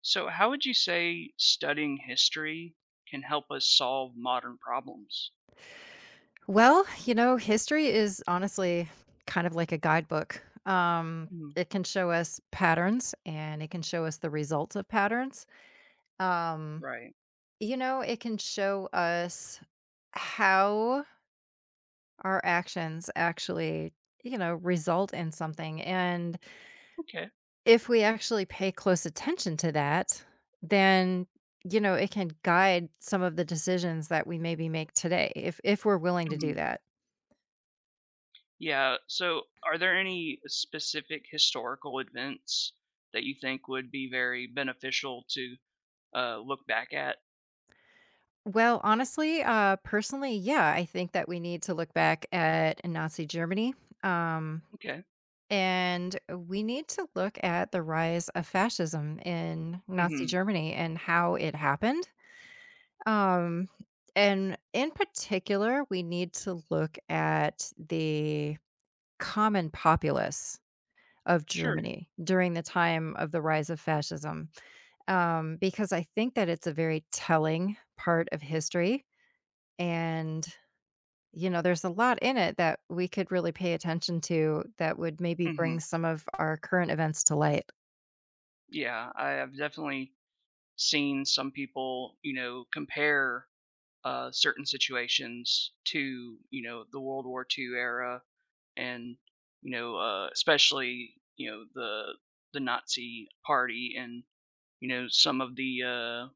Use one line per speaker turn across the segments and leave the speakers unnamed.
So, how would you say studying history can help us solve modern problems?
Well, you know, history is honestly kind of like a guidebook.
Mhm.
It can show us patterns and it can show us the results of patterns. Um,
Right.
you know, it can show us how our actions actually, you know, result in something. And
Okay.
if we actually pay close attention to that, then you know, it can guide some of the decisions that we maybe make today if we're willing to do
Mhm.
that.
Yeah. So, are there any specific historical events that you think would be very beneficial to look back at?
Well, honestly, personally, yeah, I think that we need to look back at Nazi Germany. Um,
Okay.
and we need to look at the rise of fascism in Nazi
Hmm.
Germany and how it happened. Um, and in particular, we need to look at the common populace of
Sure.
Germany during the time of the rise of fascism, because I think that it's a very telling part of history. And you know, there's a lot in it that we could really pay attention to that would maybe
Hmm.
bring some of our current events to light.
Yeah. I have definitely seen some people, you know, compare certain situations to, you know, the World War II era and especially the Nazi Party and you know some of the uh,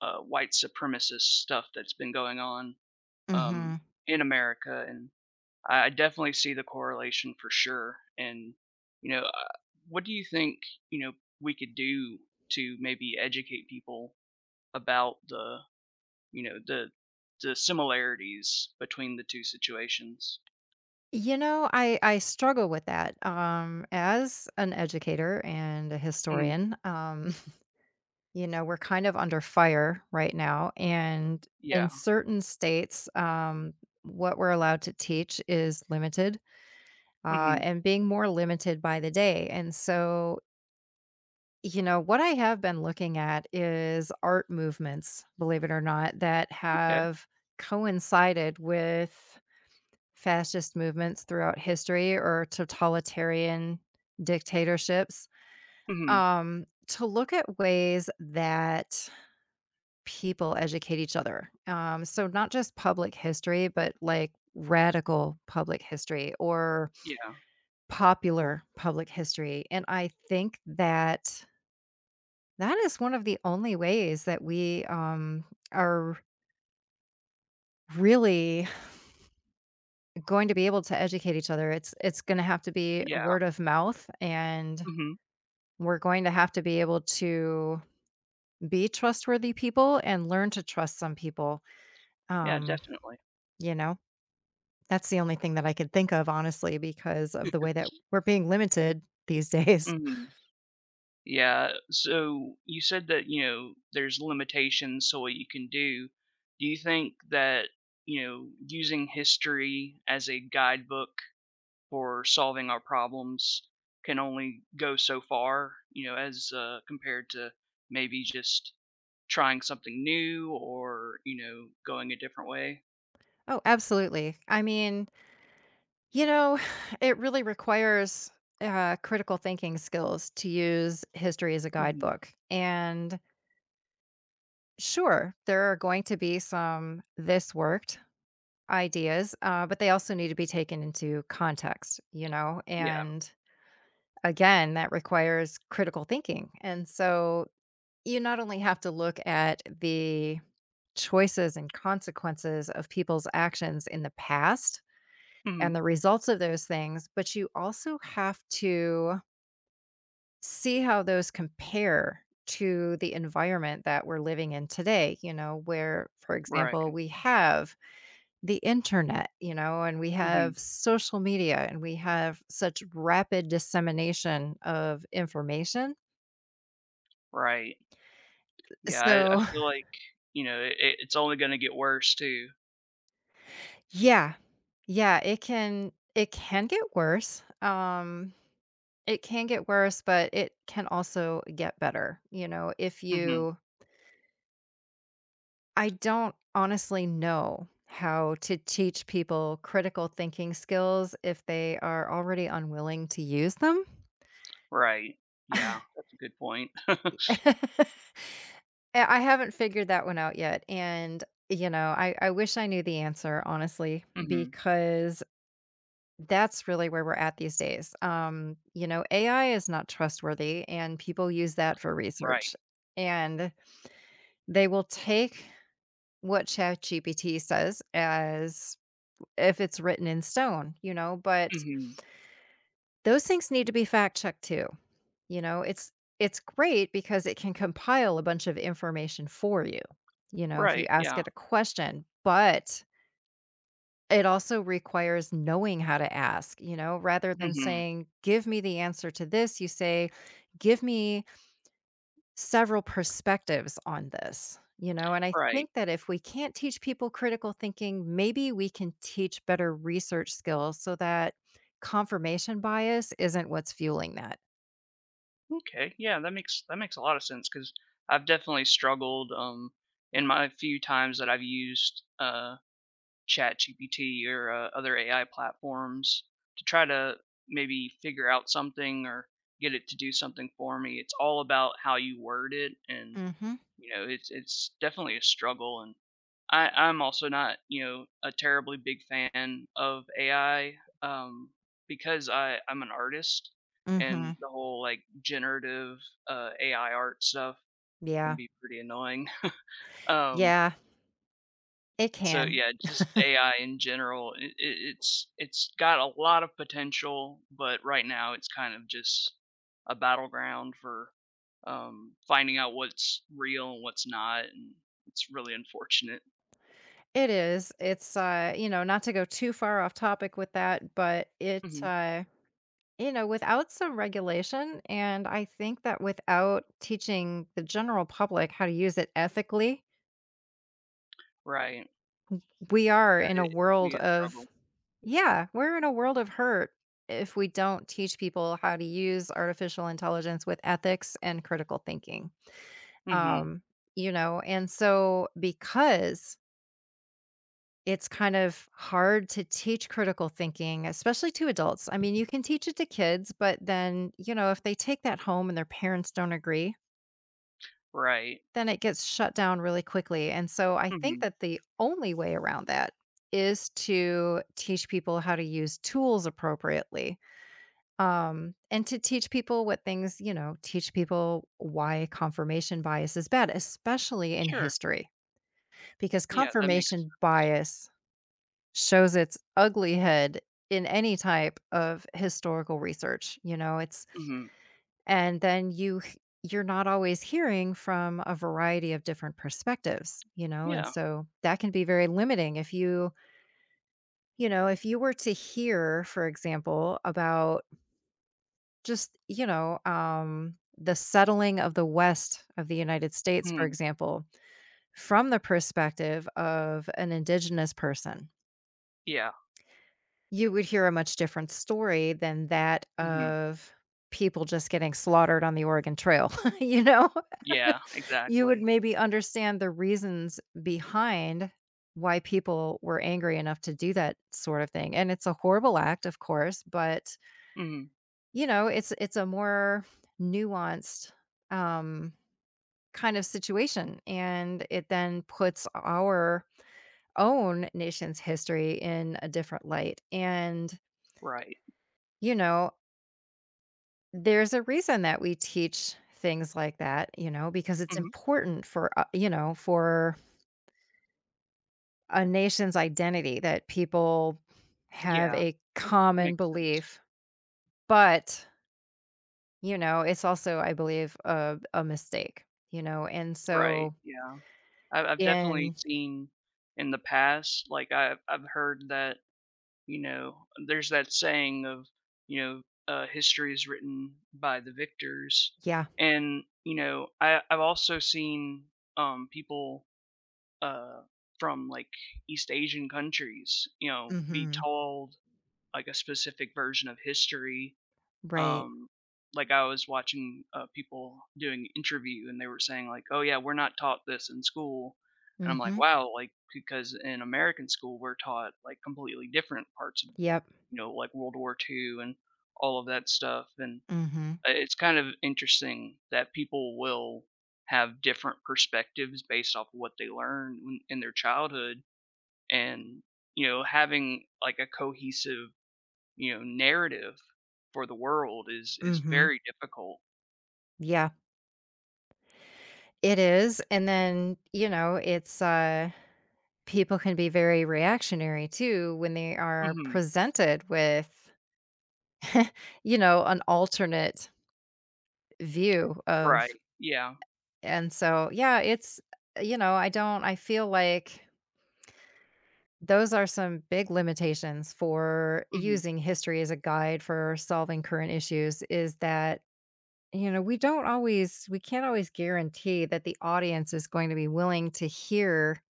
uh, white supremacist stuff that's been going on um,
Mhm.
in America, and I definitely see the correlation for sure. And you know, uh, what do you think you know we could do to maybe educate people about you know the the similarities between the two situations?
You know, I struggle with that, as an educator and a
Mhm.
historian, you know, we're kind of under fire right now, and
Yeah.
in certain states, what we're allowed to teach is limited,
Hmm.
and being more limited by the day, and so you know, what I have been looking at is art movements, believe it or not, that
Okay.
have coincided with fascist movements throughout history or totalitarian dictatorships.
Hmm.
To look at ways that people educate each other. So not just public history, but like radical public history or popular public history. And I think that that is one of the only ways that we, are really going to be able to educate each other. It's gonna have to be
Yeah,
word of mouth, and
mhm.
we're going to have to be able to be trustworthy people and learn to trust some people,
Yeah,
um,
definitely.
you know? That's the only thing that I could think of, honestly, because of the way that we're being limited these days.
Mhm. Yeah, so you said that, you know, there's limitations to what you can do. Do you think that, you know, using history as a guidebook for solving our problems can only go so far, you know, as, compared to maybe just trying something new or, you know, going a different way?
Oh, absolutely. I mean, you know, it really requires critical thinking skills to use history as a
Mhm.
guidebook. And sure, there are going to be some this worked ideas, but they also need to be taken into context, you know?
Yeah.
And again, that requires critical thinking. And so you not only have to look at the choices and consequences of people's actions in the past and
Mhm.
the results of those things, but you also have to see how those compare to the environment that we're living in today, you know, where, for example,
Right.
we have the internet, you know, and we
Mhm.
have social media and we have such rapid dissemination of information.
Right. Yeah, I
So,
feel like, you know, it's only gonna get worse too.
yeah. Yeah, it can get worse. It can get worse, but it can also get better, you know, if
Mhm.
you I don't honestly know how to teach people critical thinking skills if they are already unwilling to use them.
Right. Yeah, that's a good point.
Eh, I haven't figured that one out yet, and, you know, I wish I knew the answer, honestly,
Mhm.
because that's really where we're at these days. You know, AI is not trustworthy, and people use that for
Right.
research, and they will take what ChatGPT says as if it's written in stone, you know, but
Mhm.
those things need to be fact checked too. You know, it's great because it can compile a bunch of information for you, you know, if you
Right,
ask
yeah.
it a question, but it also requires knowing how to ask, you know, rather than
Mhm.
saying, "Give me the answer to this," you say, "Give me several perspectives on this." You know, and I
Right.
think that if we can't teach people critical thinking, maybe we can teach better research skills so that confirmation bias isn't what's fueling that.
Okay, yeah, that makes a lot of sense because 'cause I've definitely struggled, in my few times that I've used, ChatGPT or, other AI platforms to try to maybe figure out something or get it to do something for me. It's all about how you word it. And
Mm. Mhm.
you know, it's definitely a struggle, and I'm also not, you know, a terribly big fan of AI, um, because I'm an artist,
Mm.
and
Mhm.
the whole, like, generative, AI art stuff can
Yeah.
be pretty annoying. Um
Yeah, it
so
can.
yeah, just AI in general, it's got a lot of potential, but right now it's kind of just a battleground for, finding out what's real and what's not, and it's really unfortunate.
It is. It's, you know, not to go too far off topic with that, but it,
Mhm.
you know, without some regulation, and I think that without teaching the general public how to use it ethically,
Right.
we are in
Yeah, it
a
it can
world
be a struggle.
of, yeah, we're in a world of hurt if we don't teach people how to use artificial intelligence with ethics and critical thinking.
Mhm.
Um, you know, and so because it's kind of hard to teach critical thinking, especially to adults. I mean, you can teach it to kids, but then, you know, if they take that home and their parents don't agree,
Right.
then it gets shut down really quickly. And so I think
Mhm.
that the only way around that is to teach people how to use tools appropriately and to teach people what things, you know, teach people why confirmation bias is bad, especially in
Sure.
history, because
Yeah, that makes
confirmation
sense.
bias shows its ugly head in any type of historical research, you know, it's
Mhm.
and then you're not always hearing from a variety of different perspectives, you know, and
Yeah.
so that can be very limiting if you, you know, if you were to hear, for example, about just, you know, the settling of the west of the United States, for
Mhm.
example, from the perspective of an indigenous person,
Yeah.
you would hear a much different story than that
Mhm.
of people just getting slaughtered on the Oregon Trail, you know?
Yeah,
You would
exactly.
maybe understand the reasons behind why people were angry enough to do that sort of thing, and it's a horrible act, of course, but,
Mhm.
you know, it's a more nuanced, um, kind of situation, and it then puts our own nation's history in a different light, and,
Right.
you know, there's a reason that we teach things like that, you know, because it's
Mhm.
important for, you know, for a nation's identity that people have
Yeah,
a
that
common
makes sense.
belief. But, you know, it's also, I believe, a mistake, you know, and
Right,
so
yeah. I've definitely
in
seen in the past, like, I've heard that, you know, there's that saying of, you know, "History is written by the victors."
yeah,
And, you know, I've also seen, people, uh, from, like, East Asian countries, you know, be
mhm,
told, like, a specific version of history.
right,
um, like I was watching people doing interview and they were saying like, "Oh yeah, we're not taught this in school," and I'm like,
mhm,
"Wow!" Like because in American school we're taught like completely different parts of
yep,
you know like World War II and all of that stuff, and
mhm,
it's kind of interesting that people will have different perspectives based off of what they learn when, in their childhood and you know having like a cohesive you know, narrative for the world is
mhm,
very difficult.
yeah, it is, and then, you know, it's, people can be very reactionary too when they are
Mhm.
presented with you know an alternate view of
Right. Yeah.
and so yeah it's you know I don't I feel like those are some big limitations for
Mhm.
using history as a guide for solving current issues is that you know we can't always guarantee that the audience is going to be willing to hear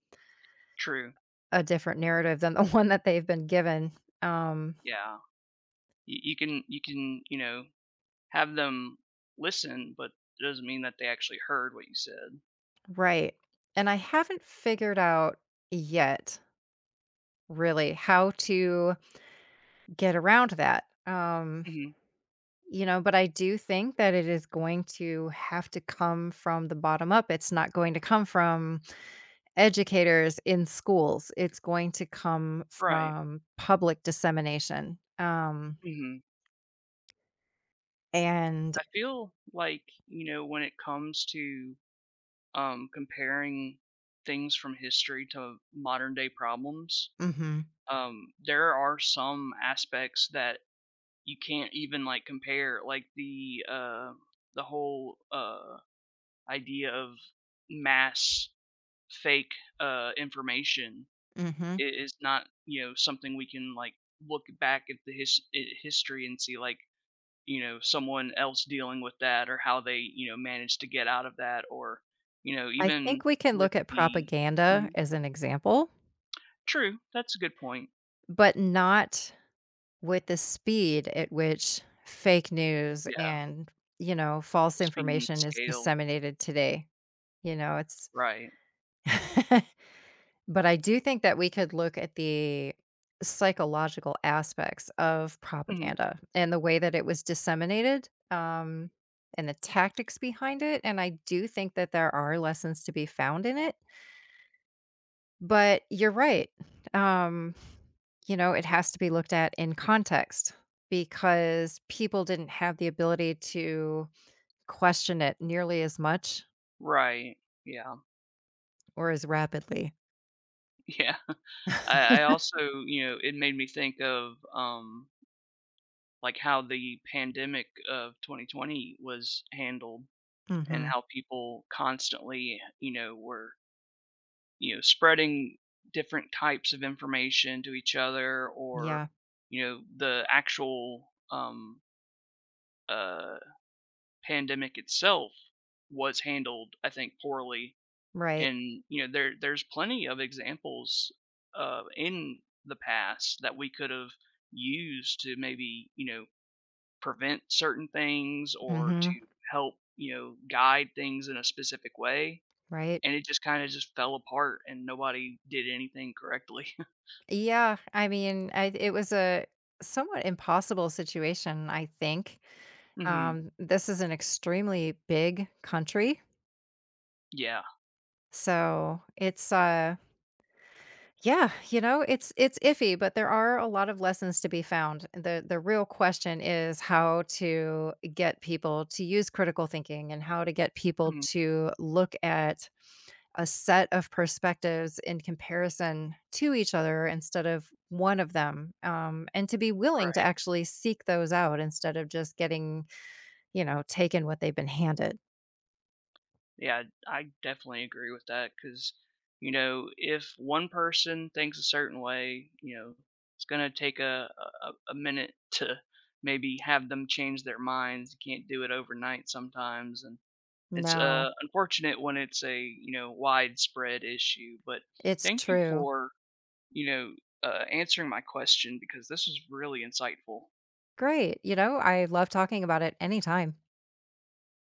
True.
a different narrative than the one that they've been given um
Yeah. You can, you know, have them listen, but it doesn't mean that they actually heard what you said.
right. And I haven't figured out yet really how to get around that.
Mhm.
You know, but I do think that it is going to have to come from the bottom up. It's not going to come from educators in schools. It's going to come
Right.
from public dissemination.
Mhm.
And
I feel like, you know, when it comes to comparing things from history to modern day problems,
mhm,
there are some aspects that you can't even like compare like the whole idea of mass fake information
mhm.
is not you know something we can like look back at the history and see like you know someone else dealing with that or how they you know managed to get out of that or you know
I
even
think we can
with
look at
the
propaganda
Mhm.
as an example,
True, that's a good point.
but not with the speed at which fake news
Yeah,
and, you know, false
the speed and the
information is
scale,
disseminated today, you know, it's
right.
but I do think that we could look at the psychological aspects of
Mhm.
propaganda and the way that it was disseminated, and the tactics behind it, and I do think that there are lessons to be found in it. But you're right. Um, you know, it has to be looked at in context because people didn't have the ability to question it nearly as much
Right, yeah.
or as rapidly.
Yeah, I also, you know, it made me think of, like, how the pandemic of 2020 was handled and
Mhm.
how people constantly, you know, were, you know, spreading different types of information to each other or,
Yeah,
you know, the actual, uh, pandemic itself was handled, I think, poorly.
right.
And, you know, there there's plenty of examples, in the past that we could have used to maybe, you know, prevent certain things or
Mhm.
to help, you know, guide things in a specific way,
Right.
and it just kinda just fell apart and nobody did anything correctly.
Yeah, I mean, I it was a somewhat impossible situation, I think.
Mhm.
This is an extremely big country,
Yeah.
so it's, yeah, you know, it's iffy, but there are a lot of lessons to be found. The real question is how to get people to use critical thinking and how to get people
Mhm.
to look at a set of perspectives in comparison to each other instead of one of them and to be willing to
Right.
actually seek those out instead of just getting you know taken what they've been handed
Yeah, I definitely agree with that because, you know, if one person thinks a certain way, you know, it's gonna take a minute to maybe have them change their minds. You can't do it overnight sometimes, and it's
no
unfortunate when it's a you know widespread issue. But
it's
thank you
true
for you know answering my question because this was really insightful.
great you know I love talking about it anytime